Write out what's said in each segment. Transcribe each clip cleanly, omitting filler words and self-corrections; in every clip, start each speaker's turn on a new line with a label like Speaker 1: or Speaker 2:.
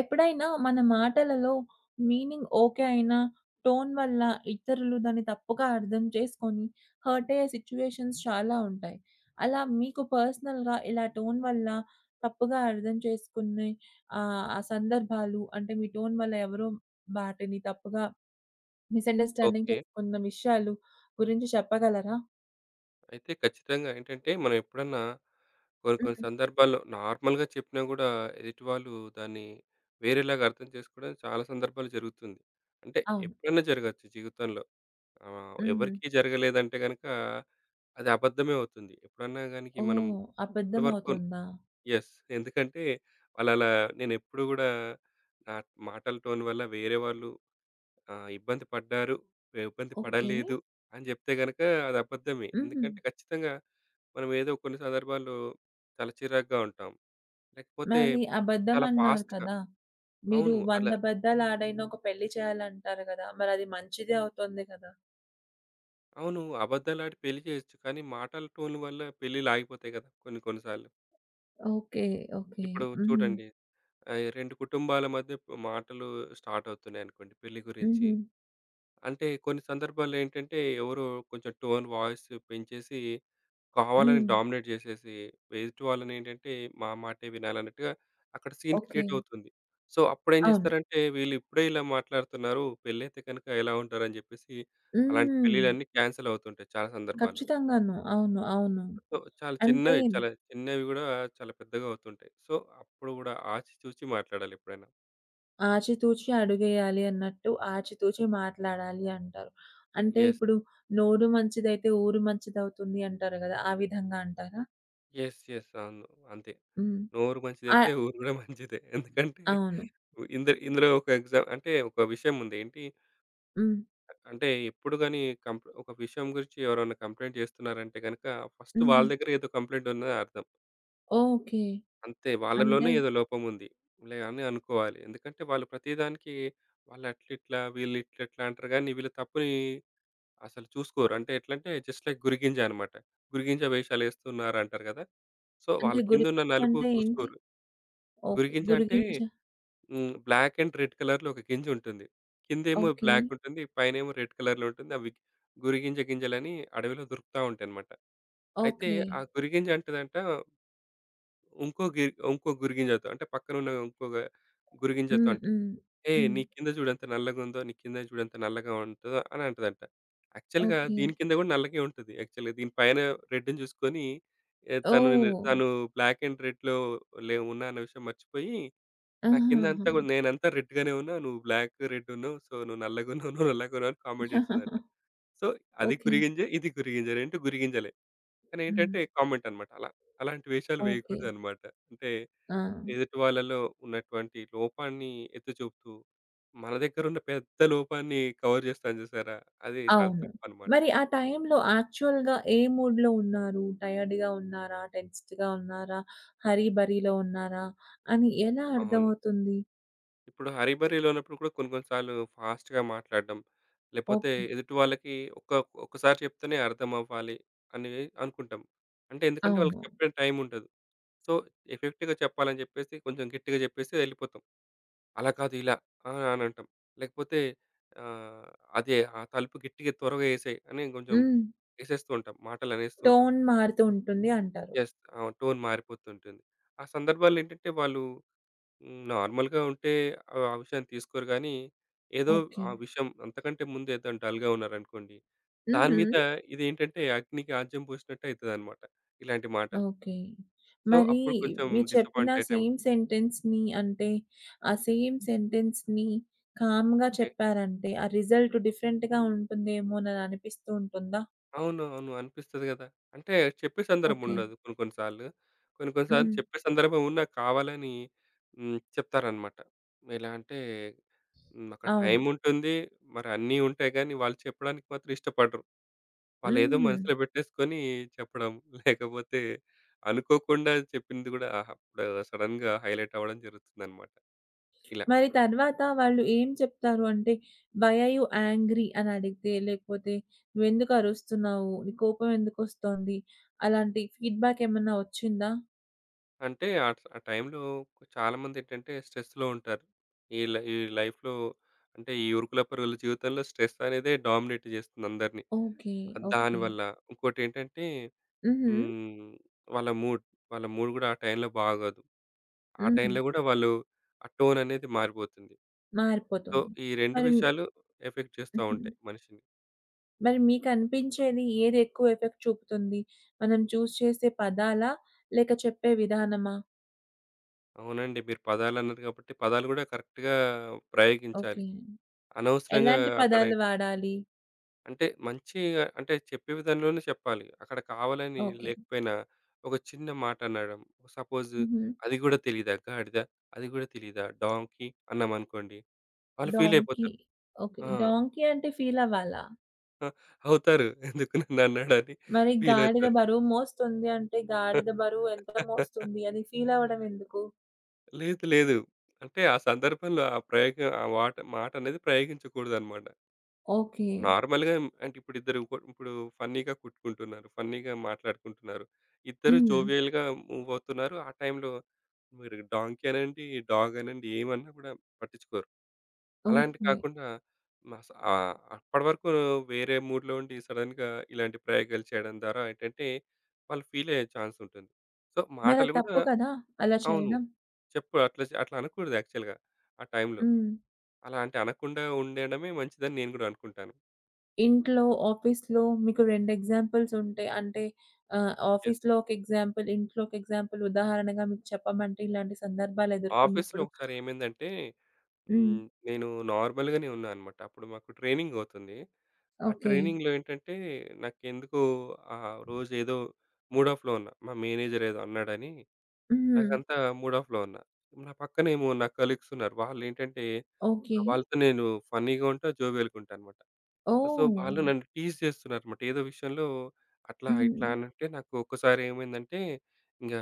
Speaker 1: ఎప్పుడైనా మన మాటలలో మీనింగ్ ఓకే అయినా, టోన్ వల్ల ఇతరులు దాన్ని తప్పుగా అర్థం చేసుకొని, హర్ట్ అయ్యే సిట్యుయేషన్స్ చాలా ఉంటాయి. అలా మీకు పర్సనల్‌గా ఇలా టోన్ వల్ల తప్పుగా అర్థం చేసుకునే ఆ సందర్భాలు అంటే మీ టోన్ వల్ల ఎవరో వాటిని తప్పుగా మిస్‌అండర్‌స్టాండింగ్
Speaker 2: ఓకే.
Speaker 1: చేసుకున్న విషయాలు గురించి చెప్పగలరా?
Speaker 2: అయితే ఖచ్చితంగా ఏంటంటే, మనం ఎప్పుడన్నా కొన్ని కొన్ని
Speaker 1: హ్మ్.
Speaker 2: సందర్భాల్లో నార్మల్‌గా చెప్పినా గూడా, ఎదుటివాళ్ళు దాన్ని వేరేలాగా అర్థం చేసుకోవడం చాలా సందర్భాలు జరుగుతుంది. అంటే
Speaker 1: అవును.
Speaker 2: ఎప్పుడైనా జరగొచ్చు జీవితంలో.
Speaker 1: హుహు.
Speaker 2: ఎవరికీ జరగలేదంటే గనక, అది అబద్ధమే అవుతుంది. ఎప్పుడన్నా గానికి మనం
Speaker 1: ఓహ్!
Speaker 2: అప్పటి
Speaker 1: అబద్ధం
Speaker 2: వరకు
Speaker 1: అవుతుందా?
Speaker 2: యెస్. ఎందుకంటే, వాళ్ళలా నేనెప్పుడు గూడా నా మాటల టోన్ వల్ల వేరే వాళ్ళు ఇబ్బంది పడ్డారు, ఏ ఇబ్బంది
Speaker 1: ఓకే.
Speaker 2: పడలేదు అని జెప్తే గనక అది అబద్ధమే.
Speaker 1: హుహు.
Speaker 2: ఎందుకంటే ఖచ్చితంగా మనం ఏదో కొన్ని సందర్భాల్లో చాలా చిరాకుగా ఉంటాం. లేకపోతే
Speaker 1: మరి
Speaker 2: చాలా
Speaker 1: అబద్ధమన్నారు
Speaker 2: ఫాస్ట్‌గా
Speaker 1: కదా! మీరు
Speaker 2: అవును. అలా
Speaker 1: 100 అబద్ధాలాడైనా ఒక పెళ్లి చేయాలంటారు గదా! మరది మంచిదే అవుతుంది కదా!
Speaker 2: అవును. అబద్దాలాడి పెళ్లి చేయొచ్చు. కానీ మాటల టోన్ వల్ల పెళ్ళిళ్ళు ఆగిపోతాయి గదా! కొన్ని కొన్ని సార్లు.
Speaker 1: ఓకే. ఓకే.
Speaker 2: ఇప్పుడు
Speaker 1: హుహు.
Speaker 2: చూడండి, 2 కుటుంబాల మధ్య మాటలు స్టార్ట్ అవుతున్నాయనుకోండి పెళ్లి గురించి.
Speaker 1: హుహు.
Speaker 2: అంటే కొన్ని సందర్భాల్లో ఏంటంటే ఎవరో కొంచెం టోన్ వాయిస్ పెంచేసి కావాలని
Speaker 1: హ్మ్.
Speaker 2: డామినేట్ చేసేసి ఎదుటి వాళ్ళని ఏంటంటే మా మాటే వినాలన్నట్టుగా అక్కడ సీన్
Speaker 1: ఓకే.
Speaker 2: క్రియేట్ అవుతుంది. సో అప్పుడేం
Speaker 1: అవును.
Speaker 2: చేస్తారంటే వీళ్ళు ఇప్పుడే ఇలా మాట్లాడుతున్నారు. పెళ్ళైతే కనుక ఎలా ఉంటారని చెప్పేసి అలాంటి
Speaker 1: హ్మ్.
Speaker 2: పెళ్ళిళ్ళన్నీ క్యాన్సెల్ అవుతుంటాయి చాలా సందర్భాల్లో.
Speaker 1: ఖచ్చితంగాను. అవును. అవును.
Speaker 2: సో చాలా
Speaker 1: అంటే
Speaker 2: చిన్నవి చాలా చిన్నవి గూడా చాలా పెద్దగా అవుతుంటాయి. సో అప్పుడు గూడా ఆచి చూచి మాట్లాడాలి ఎప్పుడైనా.
Speaker 1: ఆచితూచి అడుగేయాలి అన్నట్టు ఆచితూచి మాట్లాడాలి అంటారు. అంటే
Speaker 2: యెస్.
Speaker 1: ఇప్పుడు నోరు మంచిదైతే ఊరు మంచిదవుతుంది అంటారు గదా! ఆ విధంగా అంటారా?
Speaker 2: యెస్. యెస్. అవును. అంతే.
Speaker 1: హ్మ్.
Speaker 2: నోరు మంచిదైతే
Speaker 1: ఆహ్,
Speaker 2: ఊరు గూడా మంచిదే. ఎందుకంటే
Speaker 1: అవును.
Speaker 2: ఇందులో ఒక విషయం ఉంది. ఏంటి
Speaker 1: హ్మ్.
Speaker 2: అంటే ఎప్పుడు గాని ఒక విషయం గురించి ఎవరైనా కంప్లెయింట్ చేస్తున్నారంటే గనక ఫస్ట్
Speaker 1: హుహు.
Speaker 2: వాళ్ళ దగ్గర ఏదో కంప్లెయింట్ ఉందని అర్థం.
Speaker 1: ఓకే.
Speaker 2: అంతే వాళ్ళలోనే
Speaker 1: అంటే
Speaker 2: ఏదో లోపం ఉంది. లే అని అనుకోవాలి. ఎందుకంటే వాళ్ళు ప్రతిదానికి వాళ్ళు అట్లిట్లా, వీళ్ళు ఇట్లిట్లా అంటారు గానీ వీళ్ళ తప్పుని అసలు చూసుకోరు. అంటే ఎట్లంటే జస్ట్ లైక్ గురిగింజ అన్నమాట. గురిగింజ వేషాలేస్తున్నారు అంటారు కదా! సో
Speaker 1: అంటే
Speaker 2: వాళ్ళ
Speaker 1: గురించ
Speaker 2: కిందున్న నలుపు
Speaker 1: అంటే ఏంటి?
Speaker 2: చూసుకోరు.
Speaker 1: ఓకే.
Speaker 2: గురిగింజ అంటే
Speaker 1: గురిగింజ
Speaker 2: బ్లాక్ అండ్ రెడ్ కలర్‌లో ఒక గింజ ఉంటుంది. కిందేమో
Speaker 1: ఓకే.
Speaker 2: బ్లాక్ ఉంటుంది. పైనేమో రెడ్ కలర్‌లో ఉంటుంది. అవి గురిగింజ గింజలని అడవిలో దొరుకుతా ఉంటాయన్నమాట. అయితే
Speaker 1: ఓకే.
Speaker 2: ఆ గురిగింజ అంటదంట ఇంకో గి ఇంకో గురిగింజతో అంటే పక్కనున్న గురిగింజతో
Speaker 1: హ్మ్.
Speaker 2: అంటుంది.
Speaker 1: హ్మ్.
Speaker 2: "ఏయ్!
Speaker 1: హ్మ్.
Speaker 2: నీ కింద చూడు ఎంత నల్లగుందో. నీ కింద చూడు ఎంత నల్లగా ఉంటదో" అని అంటదంట. యాక్చువల్‌గా
Speaker 1: ఓకే.
Speaker 2: దీని కింద కూడా నల్లగే ఉంటది. యాక్చువల్‌గా దీని పైన రెడ్‌ని చూసుకొని ఏ, తను
Speaker 1: ఓహ్!
Speaker 2: తను బ్లాక్ అండ్ రెడ్‌లో లే ఉన్నా అన్న విషయం మర్చిపోయి నా
Speaker 1: ఆహాహా!
Speaker 2: కిందంతా కూడా నేనంతా రెడ్‌గానే ఉన్నా. నువ్వు బ్లాక్, రెడ్ ఉన్నావు. సో, నువ్వు నల్లగున్నావు, నువ్వు నల్లగున్నావు అని కామెంట్ చేస్తదంట. సో, అది
Speaker 1: ఓకే.
Speaker 2: గురిగింజ, ఇది గురిగింజ. 2 గురిగింజలే. కానీ
Speaker 1: హ్మ్.
Speaker 2: ఏంటంటే కామెంట్ అనమాట అలా. అలాంటి వేషాలు
Speaker 1: ఓకే.
Speaker 2: వేయకూడదనమాట. అంటే
Speaker 1: ఆ!
Speaker 2: ఎదుటి వాళ్ళలో ఉన్నటువంటి లోపాన్ని ఎత్తి చూపుతూ, మన దగ్గరున్న పెద్ద లోపాన్ని కవర్ చేస్తాం చూసారా? అది చాలా
Speaker 1: అవును.
Speaker 2: తప్పనమాట.
Speaker 1: మరి ఆ టైంలో యాక్చువల్‌గా ఏ మూడ్‌లో ఉన్నారు? టైర్డ్‌గా ఉన్నారా? టెన్స్‌డ్‌గా ఉన్నారా? హరీ బరీలో ఉన్నారా? అని ఎలా
Speaker 2: అవును.
Speaker 1: అర్థమవుతుంది?
Speaker 2: ఇప్పుడు హరీబరీలో ఉన్నప్పుడు కూడా కొన్ని కొన్ని సార్లు ఫాస్ట్‌గా మాట్లాడడం, లేపోతే
Speaker 1: ఓకే.
Speaker 2: ఎదుటి వాళ్ళకి ఒక్క ఒక్కసారి చెప్తేనే అర్థం అవ్వాలి అని అనుకుంటాం. అంటే ఎందుకంటే వాళ్ళకి
Speaker 1: అవును.
Speaker 2: చెప్పే టైం ఉండదు. సో, ఎఫెక్టివ్‌గా చెప్పాలని చెప్పేసి కొంచెం గట్టిగా చెప్పేసి వెళ్ళిపోతాం. అలా కాదు ఇలా అని అంటాం. లేకపోతే ఆహ్, అదే ఆ తలుపు గట్టిగా త్వరగా యేసేయి అని కొంచెం
Speaker 1: హ్మ్.
Speaker 2: యేసేస్తూ ఉంటాం. మాటలు అనేస్తూ ఉంటాం.
Speaker 1: టోన్ మారుతూ ఉంటుంది అంటారు.
Speaker 2: యెస్. అవును. టోన్ మారిపోతుంటుంది. ఆ సందర్భాల్లో ఏంటంటే వాళ్ళు నార్మల్‌గా ఉంటే ఆ విషయాన్ని తీసుకోరు గానీ, ఏదో
Speaker 1: ఓకే.
Speaker 2: ఆ విషయం అంతకంటే ముందు ఏదైనా డల్‌గా ఉన్నారనుకోండి, దాని
Speaker 1: హుహు.
Speaker 2: మీద ఇదేంటంటే అగ్నికి ఆజ్యం పోసినట్టు అయితదనమాట ఇలాంటి మాటలు.
Speaker 1: ఓకే.
Speaker 2: సో,
Speaker 1: మరి
Speaker 2: అప్పుడు కొంచెం
Speaker 1: మీరు చెప్పిన
Speaker 2: డిసప్పాయింట్ అయ్యే టైం
Speaker 1: సేమ్
Speaker 2: ఉంటుంది.
Speaker 1: సెంటెన్స్‌ని అంటే, ఆ సేమ్ సెంటెన్స్‌ని కామ్‌గా
Speaker 2: ఓకే.
Speaker 1: చెప్పారంటే, ఆ రిజల్ట్ డిఫరెంట్‌గా ఉంటుందేమోనని అనిపిస్తూ ఉంటుందా?
Speaker 2: అవును. అవును. అనిపిస్తది గదా! అంటే చెప్పే సందర్భం
Speaker 1: ఓకే.
Speaker 2: ఉండదు కొన్ని కొన్ని సార్లు. కొన్ని కొన్ని సార్లు
Speaker 1: హ్మ్.
Speaker 2: చెప్పే సందర్భం ఉన్నా కావాలని చెప్తారనమాట. ఎలా అంటే అక్కడ
Speaker 1: అవును.
Speaker 2: టైముంటుంది, మరి అన్నీ ఉంటాయి గానీ, వాళ్ళు చెప్పడానికి మాత్రం ఇష్టపడరు. వాళ్ళేదో
Speaker 1: హ్మ్.
Speaker 2: మనసులో పెట్టేసుకొని చెప్పడం. లేకపోతే అనుకోకుండా చెప్పింది గూడా అప్పుడు సడెన్‌గా హైలైట్ అవ్వడం జరుగుతుందనమాట. ఇలా.
Speaker 1: మరి తర్వాత వాళ్ళు ఏం చెప్తారు? అంటే, వై ఆర్ యూ యాంగ్రీ అని అడిగితే, లేకపోతే నువ్వెందుకు అరుస్తున్నావు? నీ కోపం ఎందుకొస్తోంది? అలాంటి ఫీడ్‌బ్యాక్ ఏమన్నా వచ్చిందా?
Speaker 2: అంటే ఆ టైంలో చాలామందేంటంటే స్ట్రెస్‌లో ఉంటారు. ఈ లైఫ్‌లో అంటే ఈ ఉరుకుల పరుగుల జీవితంలో స్ట్రెస్ అనేదే డామినేట్ జేస్తుంది అందరిని.
Speaker 1: ఓకే. ఓకే.
Speaker 2: దానివల్ల ఇంకోటేంటంటే
Speaker 1: హుహు.
Speaker 2: హ్మ్. వాళ్ళ మూడ్, వాళ్ళ మూడ్ గూడా ఆ టైంలో బాగోదు. ఆ
Speaker 1: హ్మ్.
Speaker 2: టైంలో గూడా వాళ్ళు ఆ టోన్ అనేది మారిపోతుంది. సో,
Speaker 1: మారిపోతుంది.
Speaker 2: ఈ 2
Speaker 1: మరి
Speaker 2: విషయాలు ఎఫెక్ట్ చేస్తా
Speaker 1: హుహు.
Speaker 2: ఉంటాయి మనిషిని.
Speaker 1: మరి మీకనిపించేది ఏదెక్కువ ఎఫెక్ట్ చూపుతుంది? మనం చేసే పదాలా? లేక చెప్పే విధానమా?
Speaker 2: అవునండి. మీరు పదాలన్నారు కాబట్టి, పదాలు గూడా కరెక్ట్‌గా ప్రయోగించాలి.
Speaker 1: ఓకే.
Speaker 2: అనవసరంగా
Speaker 1: ఎలాంటి
Speaker 2: అక్కడ
Speaker 1: పదాలు
Speaker 2: ఏంటి
Speaker 1: వాడాలి?
Speaker 2: అంటే మంచిగా అంటే చెప్పే విధంలోనే చెప్పాలి. అక్కడ కావాలని
Speaker 1: ఓకే.
Speaker 2: లేకపోయినా, ఒక చిన్న మాట అనడం. సపోజ్
Speaker 1: హుహు.
Speaker 2: అది గూడా తెలీదా? గాడిద, అది గూడా తెలీదా? డాంకీ అన్నామనుకోండి. వాళ్ళు ఫీల్
Speaker 1: డాంకీ.
Speaker 2: అయిపోతారు.
Speaker 1: ఓకే.
Speaker 2: ఆ!
Speaker 1: డాంకీ అంటే ఫీలవ్వాలా?
Speaker 2: ఆ! అవుతారు. ఎందుకు నన్ను అన్నాడని
Speaker 1: మరి
Speaker 2: ఫీల్
Speaker 1: గాడిద బరువు మోస్తుంది అంటే
Speaker 2: అవుతారు.
Speaker 1: గాడిద బరువు ఎంత మోస్తుంది? అది ఫీలవ్వడం ఎందుకు?
Speaker 2: లేదు. లేదు. అంటే ఆ సందర్భంలో ఆ ప్రయోగం ఆ మాట అనేది ప్రయోగించకూడదనమాట.
Speaker 1: ఓకే.
Speaker 2: నార్మల్‌గా అంటే ఇప్పుడు ఇద్దరు కొ ఇప్పుడు ఫన్నీగా కొట్టుకుంటున్నారు. ఫన్నీగా మాట్లాడుకుంటున్నారు. ఇద్దరు
Speaker 1: హ్మ్.
Speaker 2: జోవియల్‌గా మూవ్ అవుతున్నారు. ఆ టైంలో మీరు డాంకీ అనండి, డాగ్ అనండి ఏమన్నా కూడా పట్టించుకోరు. అలాంటి
Speaker 1: ఓకే.
Speaker 2: కాకుండా అప్పటివరకు వేరే మూడ్‌లో ఉండి సడెన్‌గా ఇలాంటి ప్రయోగాలు చేయడం ద్వారా ఏంటంటే, వాళ్ళు ఫీల్ అయ్యే ఛాన్స్ ఉంటుంది. సో, మాటలు
Speaker 1: మరది
Speaker 2: కూడా
Speaker 1: తప్పు కదా! అలా
Speaker 2: అవును.
Speaker 1: చేయడం?
Speaker 2: చెప్పు అట్లా చే అట్లా అనకూడదు యాక్చువల్‌గా ఆ టైంలో.
Speaker 1: హ్మ్.
Speaker 2: అలా అంటే అనకుండా ఉండడమే మంచిదని నేను గూడా అనుకుంటాను.
Speaker 1: ఇంట్లో, ఆఫీస్‌లో మీకు 2 ఎగ్జాంపుల్స్ ఉంటాయి. అంటే
Speaker 2: యెస్.
Speaker 1: ఆఫీస్‌లో ఒక ఎగ్జాంపుల్, ఇంట్లో ఒక ఎగ్జాంపుల్ ఉదాహరణగా మీకు చెప్పమంటే ఇలాంటి సందర్భాలు
Speaker 2: ఆఫీస్‌లో
Speaker 1: ఎదుర్కొన్నప్పుడు?
Speaker 2: ఒకసారి ఏమైందంటే
Speaker 1: హ్మ్.
Speaker 2: నేను నార్మల్‌గానే ఉన్నా అనమాట. అప్పుడు మాకు ట్రైనింగ్ అవుతుంది. ఆ
Speaker 1: ఓకే.
Speaker 2: ట్రైనింగ్‌లో ఏంటంటే నాకెందుకో ఆ రోజు ఏదో మూడ్ ఆఫ్‌లో ఉన్నా. మా మేనేజర్ ఏదో అన్నాడని
Speaker 1: హుహు.
Speaker 2: నాకంతా మూడ్ ఆఫ్‌లో ఉన్నా. నా పక్కనేమో నా కలీగ్స్ ఉన్నారు. వాళ్ళేంటంటే
Speaker 1: ఓకే.
Speaker 2: వాళ్ళతో నేను ఫన్నీగా ఉంటా, జోవియల్‌గా ఉంటా అనమాట. సో,
Speaker 1: ఓహ్!
Speaker 2: వాళ్ళు నన్ను టీజ్ చేస్తున్నారన్నమాట. ఏదో విషయంలో అట్లా,
Speaker 1: హుహు.
Speaker 2: ఇట్లా అనంటే నాకు ఒక్కసారి ఏమైందంటే ఇంగ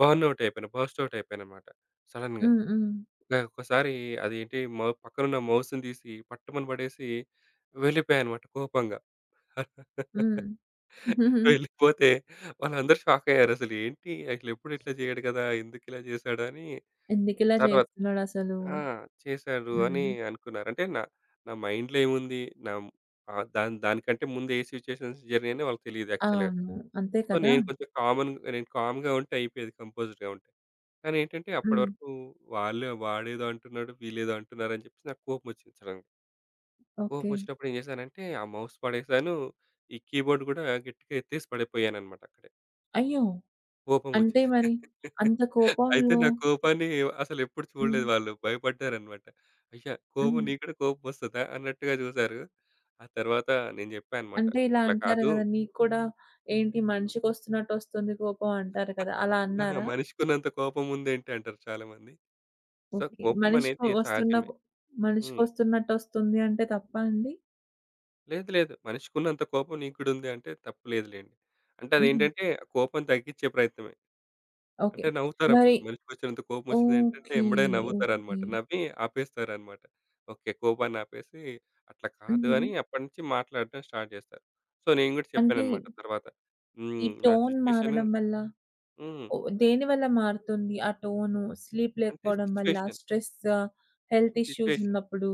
Speaker 2: బర్న్‌ఔట్ అయిపోయాను. బర్స్ట్ ఔట్ అయిపోయానన్నమాట సడెన్‌గా.
Speaker 1: హ్మ్. హ్మ్.
Speaker 2: ఒక్కసారి అదేంటి మౌ పక్కనున్న మౌస్‌ని తీసి పట్టుమని పడేసి వెళ్ళిపోయానన్నమాట కోపంగా.
Speaker 1: హ్మ్. హుహు.
Speaker 2: వెళ్ళిపోతే వాళ్ళందరూ షాకయ్యారసలు ఏంటి అసలెప్పుడు ఇట్లా చేయడు కదా! ఎందుకిలా చేశాడు అని
Speaker 1: ఎందుకిలా
Speaker 2: తర్వాత
Speaker 1: చేస్తున్నాడసలు?
Speaker 2: ఆ! చేశారు అని
Speaker 1: హ్మ్.
Speaker 2: అనుకున్నారు. అంటే నా మైండ్‌లో ఏముంది? నా దానికంటే ముందు ఏ సిట్యుయేషన్స్ జరిగినాయని వాళ్ళకి తెలీదు యాక్చువల్‌గా.
Speaker 1: అవును. అంతే
Speaker 2: సో,
Speaker 1: కదా!
Speaker 2: నేను కొంచెం కామన్ నేను కామ్‌గా ఉంటే అయిపోయేది, కంపోజ్డ్‌గా ఉంటే. కానీ ఏంటంటే అప్పటి
Speaker 1: హ్మ్.
Speaker 2: వరకు వాళ్ళే వాడేదో అంటున్నాడు, వీళ్ళేదో అంటున్నారు అని చెప్పేసి నాకు కోపం వచ్చింది సడెన్‌గా. కోపం
Speaker 1: ఓకే.
Speaker 2: వచ్చినప్పుడు ఏం చేశానంటే ఆ మౌస్ పడేసాను. ఈ కీబోర్డ్ కూడా గట్టిగా ఎత్తేసి పడిపోయానన్నమాట అక్కడే.
Speaker 1: అయ్యో!
Speaker 2: కోపం వచ్చి
Speaker 1: అంటే మరి అంత
Speaker 2: అయితే
Speaker 1: కోపంలో
Speaker 2: నా కోపాన్ని అసలెప్పుడు
Speaker 1: హ్మ్.
Speaker 2: చూడలేదు వాళ్ళు. భయపడ్డారనమాట. అయ్య!
Speaker 1: హ్మ్.
Speaker 2: నీకు కూడా కోపం వస్తదా? అన్నట్టుగా చూసారు. ఆ తర్వాత నేను జెప్పా అనమాట.
Speaker 1: అంటే ఇలా
Speaker 2: "ఇట్లా
Speaker 1: అంటారు
Speaker 2: కాదు.
Speaker 1: గదా! నీకు కూడా ఏంటి మనిషికొస్తున్నట్టొస్తుంది కోపం అంటారు కదా! అలా
Speaker 2: ఆహా!
Speaker 1: అన్నారా?
Speaker 2: మనిషికున్నంత కోపం ఉందేంటి?" అంటారు చాలామంది. So,
Speaker 1: okay.
Speaker 2: కోపం
Speaker 1: మనిషికి
Speaker 2: అనేది
Speaker 1: వస్తున్న
Speaker 2: సహజమే.
Speaker 1: కొ
Speaker 2: హ్మ్.
Speaker 1: మనిషికొస్తున్నట్టొస్తుంది అంటే తప్పా అండి?
Speaker 2: లేదు, లేదు. మనిషికున్నంత కోపం నీకు కూడా ఉంది అంటే తప్పు లేదులెండి. అంటే
Speaker 1: హుహు.
Speaker 2: అదేంటంటే ఆ కోపం తగ్గించే ప్రయత్నమే.
Speaker 1: ఓకే.
Speaker 2: అంటే
Speaker 1: మరి
Speaker 2: నవ్వుతారప్పుడు. మనిషికొచ్చినంత కోపమొచ్చిందేంటంటే
Speaker 1: ఓకే.
Speaker 2: ఎంబడే నవ్వుతారనమాట.
Speaker 1: ఓకే.
Speaker 2: నవ్వి ఆపేస్తారనమాట. ఓకే. కోపాన్ని ఆపేసి, అట్లా కాదు
Speaker 1: హుహు.
Speaker 2: అని అప్పటినుంచి మాట్లాడడం స్టార్ట్ చేస్తారు. సో, నేను గూడా
Speaker 1: అంటే
Speaker 2: చెప్పాననమాట తర్వాత.
Speaker 1: ఈ
Speaker 2: నా
Speaker 1: టోన్
Speaker 2: సిచ్యుయేషను.
Speaker 1: మారడం వల్ల
Speaker 2: హ్మ్.
Speaker 1: ఓ దేనివల్ల మారుతుంది? ఆ టోను స్లీప్
Speaker 2: అంటే
Speaker 1: లేకపోవడం వల్ల,
Speaker 2: సిచ్యుయేషన్,
Speaker 1: స్ట్రెస్సా? Health issues
Speaker 2: situation.
Speaker 1: ఉన్నప్పుడు?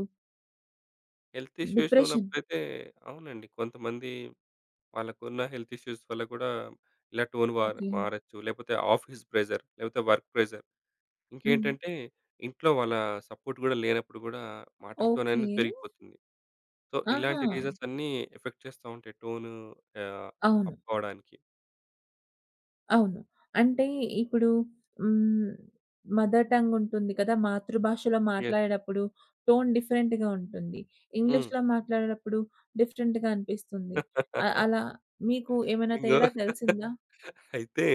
Speaker 2: Health issues
Speaker 1: depression.
Speaker 2: ఉన్నప్పుడైతే అవునండి. కొంతమంది వాళ్ళకున్న హెల్త్ ఇష్యూస్ వల్ల కూడా ఇలా టోన్
Speaker 1: ఓకే.
Speaker 2: మారొచ్చు. లేకపోతే ఆఫీస్ ప్రెషర్, లేకపోతే వర్క్ ప్రెషర్.
Speaker 1: హ్మ్.
Speaker 2: ఇంకేంటంటే ఇంట్లో వాళ్ళ సపోర్ట్ గూడా లేనప్పుడు గూడా
Speaker 1: ఓకే.
Speaker 2: మాటలతోనైనా పెరిగిపోతుంది. సో,
Speaker 1: ఆహా!
Speaker 2: ఇలాంటి రీజన్స్ అన్నీ ఎఫెక్ట్ చేస్తా ఉంటాయి టోను ఆహ్,
Speaker 1: అవును.
Speaker 2: అప్ అవ్వడానికి.
Speaker 1: అవును. అంటే ఇప్పుడు హ్మ్. మదర్ టంగ్ ఉంటుంది కదా! మాతృభాషలో
Speaker 2: యెస్.
Speaker 1: మాట్లాడేటప్పుడు టోన్ డిఫరెంట్‌గా ఉంటుంది.
Speaker 2: హ్మ్.
Speaker 1: ఇంగ్లీష్‌లో మాట్లాడేటప్పుడు డిఫరెంట్‌గా అనిపిస్తుంది. అలా మీకు ఏమైనా
Speaker 2: ఇంగో
Speaker 1: తేడా తెలిసిందా?
Speaker 2: అయితే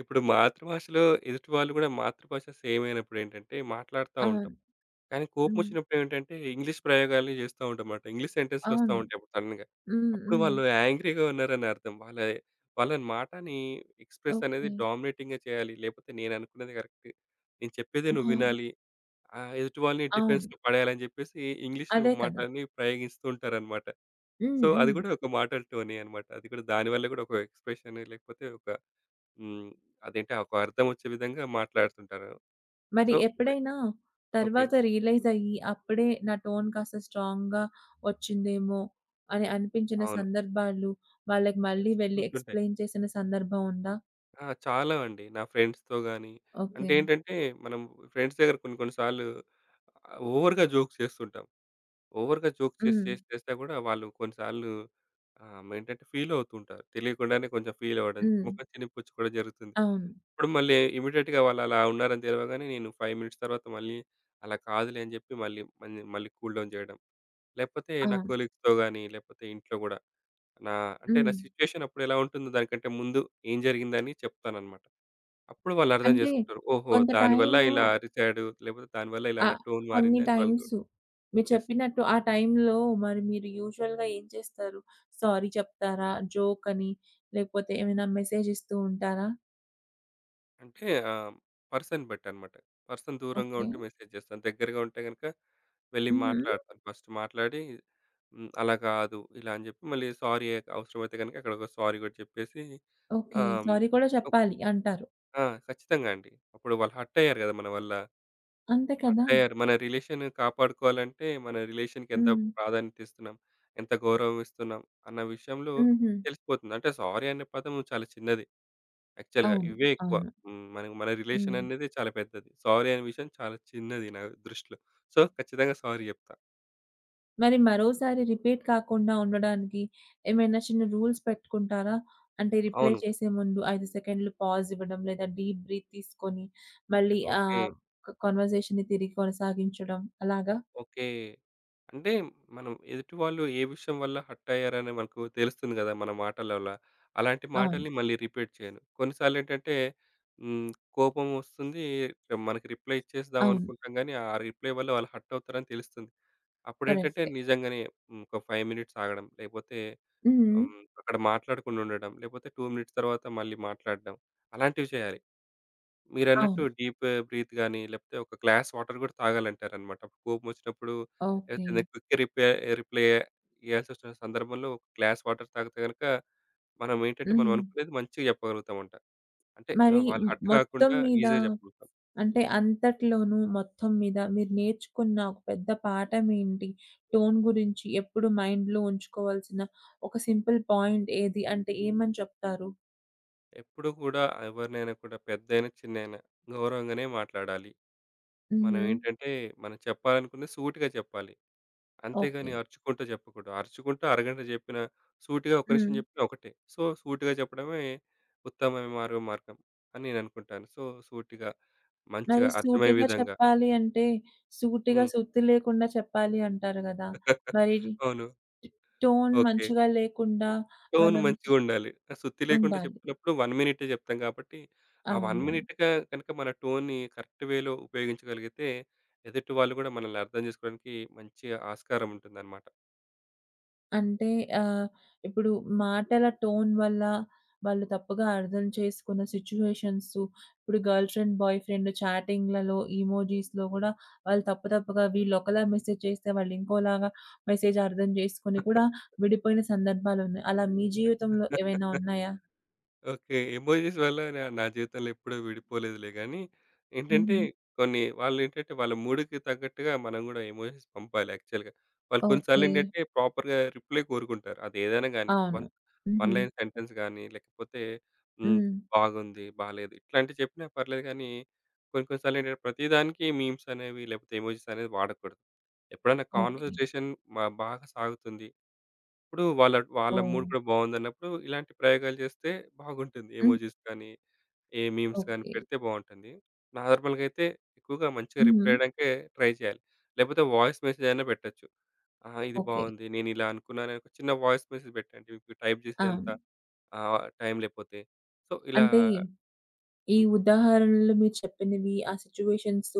Speaker 2: ఇప్పుడు మాతృభాషలో ఎదుటి వాళ్ళు గూడా మాతృభాష సేమ్ అయినప్పుడేంటంటే మాట్లాడుతా
Speaker 1: ఆ!
Speaker 2: ఉంటాం. కానీ
Speaker 1: హ్మ్.
Speaker 2: కోపమొచ్చినప్పుడేంటంటే, ఇంగ్లీష్ ప్రయోగాలు జేస్తా ఉంటామన్నమాట. ఇంగ్లీష్ సెంటెన్స్‌లొస్తా
Speaker 1: అవును.
Speaker 2: ఉంటాయి అప్పుడు సడెన్‌గా.
Speaker 1: హ్మ్.
Speaker 2: అప్పుడు
Speaker 1: హ్మ్.
Speaker 2: వాళ్ళు యాంగ్రీ‌గా ఉన్నారని అర్థం. వాళ్ళ వాళ్ళ మాటని ఎక్స్‌ప్రెస్ అనేది
Speaker 1: ఓకే.
Speaker 2: డామినేటింగ్‌గా చేయాలి. లేపోతే నేననుకున్నది కరెక్ట్. నేను చెప్పేదే నువ్వు
Speaker 1: ఆహా!
Speaker 2: వినాలి. ఎదుటి వాళ్ళని
Speaker 1: అవును.
Speaker 2: డిఫెన్స్‌లో పడేయాలని జెప్పేసి ఇంగ్లీష్
Speaker 1: అదే కదా!
Speaker 2: మాటల్ని ప్రయోగిస్తూ ఉంటారన్నమాట. సో,
Speaker 1: హ్మ్.
Speaker 2: అది
Speaker 1: హ్మ్.
Speaker 2: గూడా ఒక మాటల టోనే అన్నమాట. అది కూడా దానివల్ల గూడా ఒక ఎక్స్‌ప్రెషన్ లేకపోతే ఒక హ్మ్. అదేంటి ఒక అర్థం ఒచ్చే విధంగా మాట్లాడుతుంటారు.
Speaker 1: మరి
Speaker 2: సో,
Speaker 1: ఎప్పుడైనా
Speaker 2: ఓకే.
Speaker 1: తర్వాత రియలైజ్ అయ్యి, అప్పుడే నా టోన్ కాస్త స్ట్రాంగ్‌గా వచ్చిందేమో అని అనిపించిన
Speaker 2: అవును.
Speaker 1: సందర్భాలు, వాళ్ళకి
Speaker 2: yes,
Speaker 1: మళ్ళీ వెళ్లి
Speaker 2: ఉంటుంటాయి.
Speaker 1: ఎక్స్‌ప్లెయిన్ చేసిన సందర్భం ఉందా?
Speaker 2: ఆ! చాలా అండి. నా ఫ్రెండ్స్‌తో గాని, అంటే
Speaker 1: ఓకే.
Speaker 2: ఏంటంటే మనం ఫ్రెండ్స్ దగ్గర కొన్ని కొన్ని సార్లు ఓవర్‌గా జోక్స్ చేస్తుంటాం. ఓవర్‌గా జోక్ చేసి
Speaker 1: హ్మ్.
Speaker 2: చేసి చేసినా కూడా వాళ్ళు కొన్ని సార్లు ఏంటంటే ఫీల్ అవుతుంటారు. తెలియకుండానే కొంచెం ఫీల్ అవ్వడం,
Speaker 1: హ్మ్.
Speaker 2: ముఖం చినిపించుకోవడం జరుగుతుంది.
Speaker 1: అవును.
Speaker 2: ఇప్పుడు మళ్ళీ ఇమ్మీడియేట్‌గా వాళ్ళు అలా ఉన్నారని తెలవగానే నేను 5 మినిట్స్ తర్వాత మళ్ళీ అలా కాదులే అని చెప్పి మళ్ళీ మళ్ళీ మళ్ళీ కూల్ డౌన్ చేయడం. లేకపోతే నా
Speaker 1: అవును.
Speaker 2: కొలీగ్స్‌తో గాని, లేకపోతే ఇంట్లో కూడా నా అంటే నా
Speaker 1: హ్మ్.
Speaker 2: సిట్యుయేషన్ అప్పుడు ఎలా ఉంటుందో దానికంటే ముందు ఏం జరిగిందని చెప్తానన్నమాట. అప్పుడు వాళ్ళు అర్థం
Speaker 1: అంటే
Speaker 2: చేసుకుంటారు. ఓహో!
Speaker 1: కొంత
Speaker 2: దానివల్ల
Speaker 1: టైము
Speaker 2: ఇలా అరిచాడు. లేకపోతే దానివల్ల ఇలా నా
Speaker 1: ఆహ్,
Speaker 2: టోన్
Speaker 1: కొన్ని
Speaker 2: మారిందని వాళ్ళు
Speaker 1: టైమ్సు మీరు
Speaker 2: యెస్.
Speaker 1: చెప్పినట్టు ఆ టైంలో మరి మీరు యూజువల్‌గా ఏం చేస్తారు? సారీ చెప్తారా? జోక్ అని లేకపోతే ఏమైనా మెసేజ్ ఇస్తూ ఉంటారా?
Speaker 2: అంటే పర్సన్ బట్టనమాట. పర్సన్ దూరంగా
Speaker 1: ఓకే.
Speaker 2: ఉంటే మెసేజ్ చేస్తాను. దగ్గరగా ఉంటే గనుక వెళ్లి
Speaker 1: హుహు.
Speaker 2: మాట్లాడతాను. ఫస్ట్ మాట్లాడి అలా కాదు. ఇలా అని జెప్పి మళ్ళీ సారీ అవసరమైతే గనుక అక్కడ ఒక సారీ గూడా చెప్పేసి
Speaker 1: ఓకే.
Speaker 2: ఆహ్, హ్మ్.
Speaker 1: సారీ కూడా చెప్పాలి అంటారు.
Speaker 2: ఆ! ఖచ్చితంగా అండి. అప్పుడు వాళ్ళు హర్ట్ అయ్యారు గదా! మన వల్ల.
Speaker 1: అంతే కదా!
Speaker 2: అట్టయ్యారు. మన రిలేషన్ కాపాడుకోవాలంటే, మన రిలేషన్‌కి ఎంత
Speaker 1: హ్మ్.
Speaker 2: ప్రాధాన్యత ఇస్తున్నాం, ఎంత గౌరవం ఇస్తున్నాం అన్న విషయంలో
Speaker 1: హుహు.
Speaker 2: తెలిసిపోతుంది. అంటే సారీ అనే పదం చాలా చిన్నది యాక్చువల్‌గా.
Speaker 1: అవును.
Speaker 2: ఇవే ఎక్కువ.
Speaker 1: అవును.
Speaker 2: మనకి మన రిలేషన్
Speaker 1: హ్మ్.
Speaker 2: అనేది చాలా పెద్దది. సారీ అనే విషయం చాలా చిన్నది నా దృష్టిలో. సో, ఖచ్చితంగా సారీ చెప్తా.
Speaker 1: మరి మరోసారి రిపీట్ కాకుండా ఉండడానికి ఏమైనా చిన్న రూల్స్ పెట్టుకుంటారా? అంటే రిప్లై
Speaker 2: అవును.
Speaker 1: చేసే ముందు 5 సెకండ్లు పాజ్ ఇవ్వడం లేదా డీప్ బ్రీత్ తీసుకొని మళ్ళీ
Speaker 2: ఓకే.
Speaker 1: కన్వర్జేషన్‌ని తిరిగి కొనసాగించడం అలాగా?
Speaker 2: ఓకే. అంటే మనం ఎదుటి వాళ్ళు ఏ విషయం వల్ల హర్ట్ అయ్యారని మనకు తెలుస్తుంది కదా మన మాటల వల్ల. అలాంటి
Speaker 1: అవును.
Speaker 2: మాటల్ని మళ్ళీ రిపీట్ చేయను. కొన్నిసార్లు ఏంటంటే హ్మ్, కోపం వస్తుంది. మనకి రిప్లై ఇచ్చేద్దాం
Speaker 1: అవును.
Speaker 2: అనుకుంటాం గానీ, ఆ రిప్లై వల్ల వాళ్ళు హర్ట్ అవుతారని తెలుస్తుంది. అప్పుడేంటంటే
Speaker 1: కరెక్టే.
Speaker 2: నిజంగానే ఒక 5 మినిట్స్ ఆగడం. లేకపోతే
Speaker 1: హ్మ్.
Speaker 2: హ్మ్, అక్కడ మాట్లాడకుండా ఉండడం. లేకపోతే 2 మినిట్స్ తర్వాత మళ్ళీ మాట్లాడడం. అలాంటివి చేయాలి. మీరన్నట్టు
Speaker 1: అవును.
Speaker 2: డీప్ బ్రీత్ గాని, లేకపోతే ఒక గ్లాస్ వాటర్ గూడా తాగాలంటారనమాట. కోపం వచ్చినప్పుడు లేకపోతే
Speaker 1: ఓకే.
Speaker 2: ఏదైనా క్విక్ రిప్లై ఇయ్యాల్సొచ్చిన సందర్భంలో ఒక గ్లాస్ వాటర్ తాగితే గనక, మనం
Speaker 1: హ్మ్.
Speaker 2: అనుకునేది మంచిగా చెప్పగలుగుతామంట. అంటే
Speaker 1: మరి
Speaker 2: వాళ్ళు హర్ట్
Speaker 1: మొత్తం
Speaker 2: గాకుండా
Speaker 1: మీద
Speaker 2: ఈజీగా చెప్పగలుగుతాం.
Speaker 1: అంటే అంతట్లోనూ మొత్తం మీద మీరు నేర్చుకున్న ఒక పెద్ద పాఠం ఏంటి? టోన్ గురించి ఎప్పుడు మైండ్‌లో ఉంచుకోవాల్సిన ఒక సింపుల్ పాయింట్ ఏది? అంటే ఏమని చెప్తారు?
Speaker 2: ఎప్పుడు కూడా ఎవరినైనా కూడా పెద్దయినా, చిన్నయినా గౌరవంగానే మాట్లాడాలి. మనం
Speaker 1: హుహు.
Speaker 2: ఏంటంటే, మనం చెప్పాలనుకున్నది సూటిగా చెప్పాలి.
Speaker 1: ఓకే.
Speaker 2: అంతేగాని అరుచుకుంటూ చెప్పకూడదు. అరుచుకుంటూ అరగంట చెప్పినా, సూటిగా ఒక
Speaker 1: హ్మ్.
Speaker 2: నిమిషం చెప్పినా ఒకటే. సో, సూటిగా చెప్పడమే ఉత్తమ మార్గం అని నేననుకుంటాను. సో, సూటిగా,
Speaker 1: మరి
Speaker 2: మంచిగా అర్థమయ్యే
Speaker 1: సూటిగా
Speaker 2: విధంగా.
Speaker 1: చెప్పాలి అంటే సూటిగా
Speaker 2: హ్మ్.
Speaker 1: సుత్తి లేకుండా చెప్పాలి అంటారు గదా! మరి
Speaker 2: అవును.
Speaker 1: Tone
Speaker 2: okay.
Speaker 1: మంచిగా లేకుండా
Speaker 2: టోన్
Speaker 1: మనం
Speaker 2: మంచిగుండాలి. సుత్తి లేకుండా
Speaker 1: ఉండాలి.
Speaker 2: చెప్తున్నప్పుడు 1 మినిటే చెప్తాం కాబట్టి, ఆ 1
Speaker 1: అవును.
Speaker 2: మినిట్‌గా కనుక మన టోన్‌ని కరెక్ట్ వేలో ఉపయోగించగలిగితే, ఎదుటి వాళ్ళు కూడా మనల్ని అర్థం చేసుకోవడానికి మంచి ఆస్కారం ఉంటుందన్నమాట.
Speaker 1: అంటే ఆహ్, ఇప్పుడు మాటల టోన్ వల్ల వాళ్ళు తప్పుగా అర్థం చేసుకున్న సిట్యుయేషన్స్ ఇప్పుడు గర్ల్ ఫ్రెండ్, బాయ్ ఫ్రెండ్ చాటింగ్‌లలో, ఇమోజీస్‌లో గూడా వాళ్ళు తప్పుగా వీళ్ళొకలా మెసేజ్ చేస్తే వాళ్ళు ఇంకోలాగా మెసేజ్ అర్థం చేసుకొని కూడా విడిపోయిన సందర్భాలున్నాయి. అలా మీ జీవితంలో ఏవైనా ఉన్నాయా?
Speaker 2: ఓకే. ఎమోజీస్ వల్ల నా నా జీవితంలో ఎప్పుడూ విడిపోలేదులే గానీ, ఏంటంటే
Speaker 1: హుహు.
Speaker 2: కొన్ని వాళ్ళేంటంటే వాళ్ళ మూడ్‌కి తగ్గట్టుగా మనం గూడా ఎమోజీస్ పంపాలి యాక్చువల్‌గా. వాళ్ళు కొన్ని
Speaker 1: ఓకే.
Speaker 2: సార్లేంటంటే ప్రాపర్‌గా రిప్లై కోరుకుంటారు. అదేదైనా గానీ,
Speaker 1: అవును.
Speaker 2: వన్ వన్
Speaker 1: హుహు.
Speaker 2: లైన్ సెంటెన్స్ గానీ, లేకపోతే హ్మ్.
Speaker 1: హ్మ్.
Speaker 2: బాగుంది, బాలేదు ఇట్లాంటివి చెప్పినా పర్లేదు గానీ, కొన్ని కొన్ని సార్లేంటంటే ప్రతిదానికి మీమ్స్ అనేవి లేకపోతే ఎమోజీస్ అనేది వాడకూడదు. ఎప్పుడైనా
Speaker 1: ఓకే.
Speaker 2: కాన్వర్జేషన్ మా బాగా సాగుతుంది. ఇప్పుడు వాళ్ళ వాళ్ళ
Speaker 1: ఓహ్!
Speaker 2: మూడ్ కూడా బాగుందన్నప్పుడు ఇలాంటి ప్రయోగాలు చేస్తే బాగుంటుంది.
Speaker 1: హ్మ్.
Speaker 2: ఎమోజిస్ కానీ, ఏ మీమ్స్ కానీ
Speaker 1: ఓకే.
Speaker 2: పెడితే బాగుంటుంది. నార్మల్‌గా అయితే ఎక్కువగా మంచిగా
Speaker 1: హుహు.
Speaker 2: రిప్లై ఇయడానికే ట్రై చేయాలి. లేకపోతే వాయిస్ మెసేజ్ అయినా పెట్టొచ్చు. ఆ! ఇది
Speaker 1: ఓకే.
Speaker 2: బాగుంది. నేను ఇలా అనుకున్నాను అని ఒక చిన్న వాయిస్ మెసేజ్ పెట్టండి. మీకు టైప్ చేసేంత
Speaker 1: అవును.
Speaker 2: టైం లేకపోతే. సో, ఇలా
Speaker 1: అంటే ఈ
Speaker 2: హ్మ్.
Speaker 1: ఉదాహరణలు మీరు చెప్పినవి, ఆ సిట్యుయేషన్స్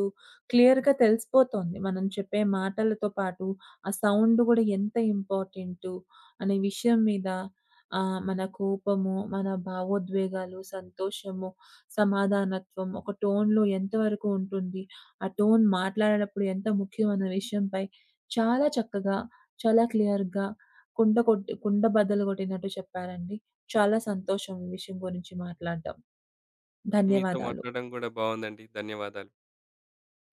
Speaker 1: క్లియర్‌గా తెలిసిపోతోంది. మనం చెప్పే మాటలతో పాటు, ఆ సౌండ్ గూడా ఎంత ఇంపార్టెంటు అనే విషయం మీద మన కోపము, మన భావోద్వేగాలు, సంతోషము, సమాధానత్వం ఒక టోన్‌లో ఎంతవరకు ఉంటుంది, ఆ టోన్ మాట్లాడేటప్పుడు ఎంత ముఖ్యం అన్న విషయంపై చాలా చక్కగా, చాలా క్లియర్‌గా కుండ కొట్టి కుండ బద్దలు కొట్టినట్టు చెప్పారండి. చాలా సంతోషం ఈ విషయం గురించి మాట్లాడడం.
Speaker 2: మీతో
Speaker 1: ధన్యవాదాలు.
Speaker 2: మాట్లాడడం కూడా బాగుందండి. ధన్యవాదాలు.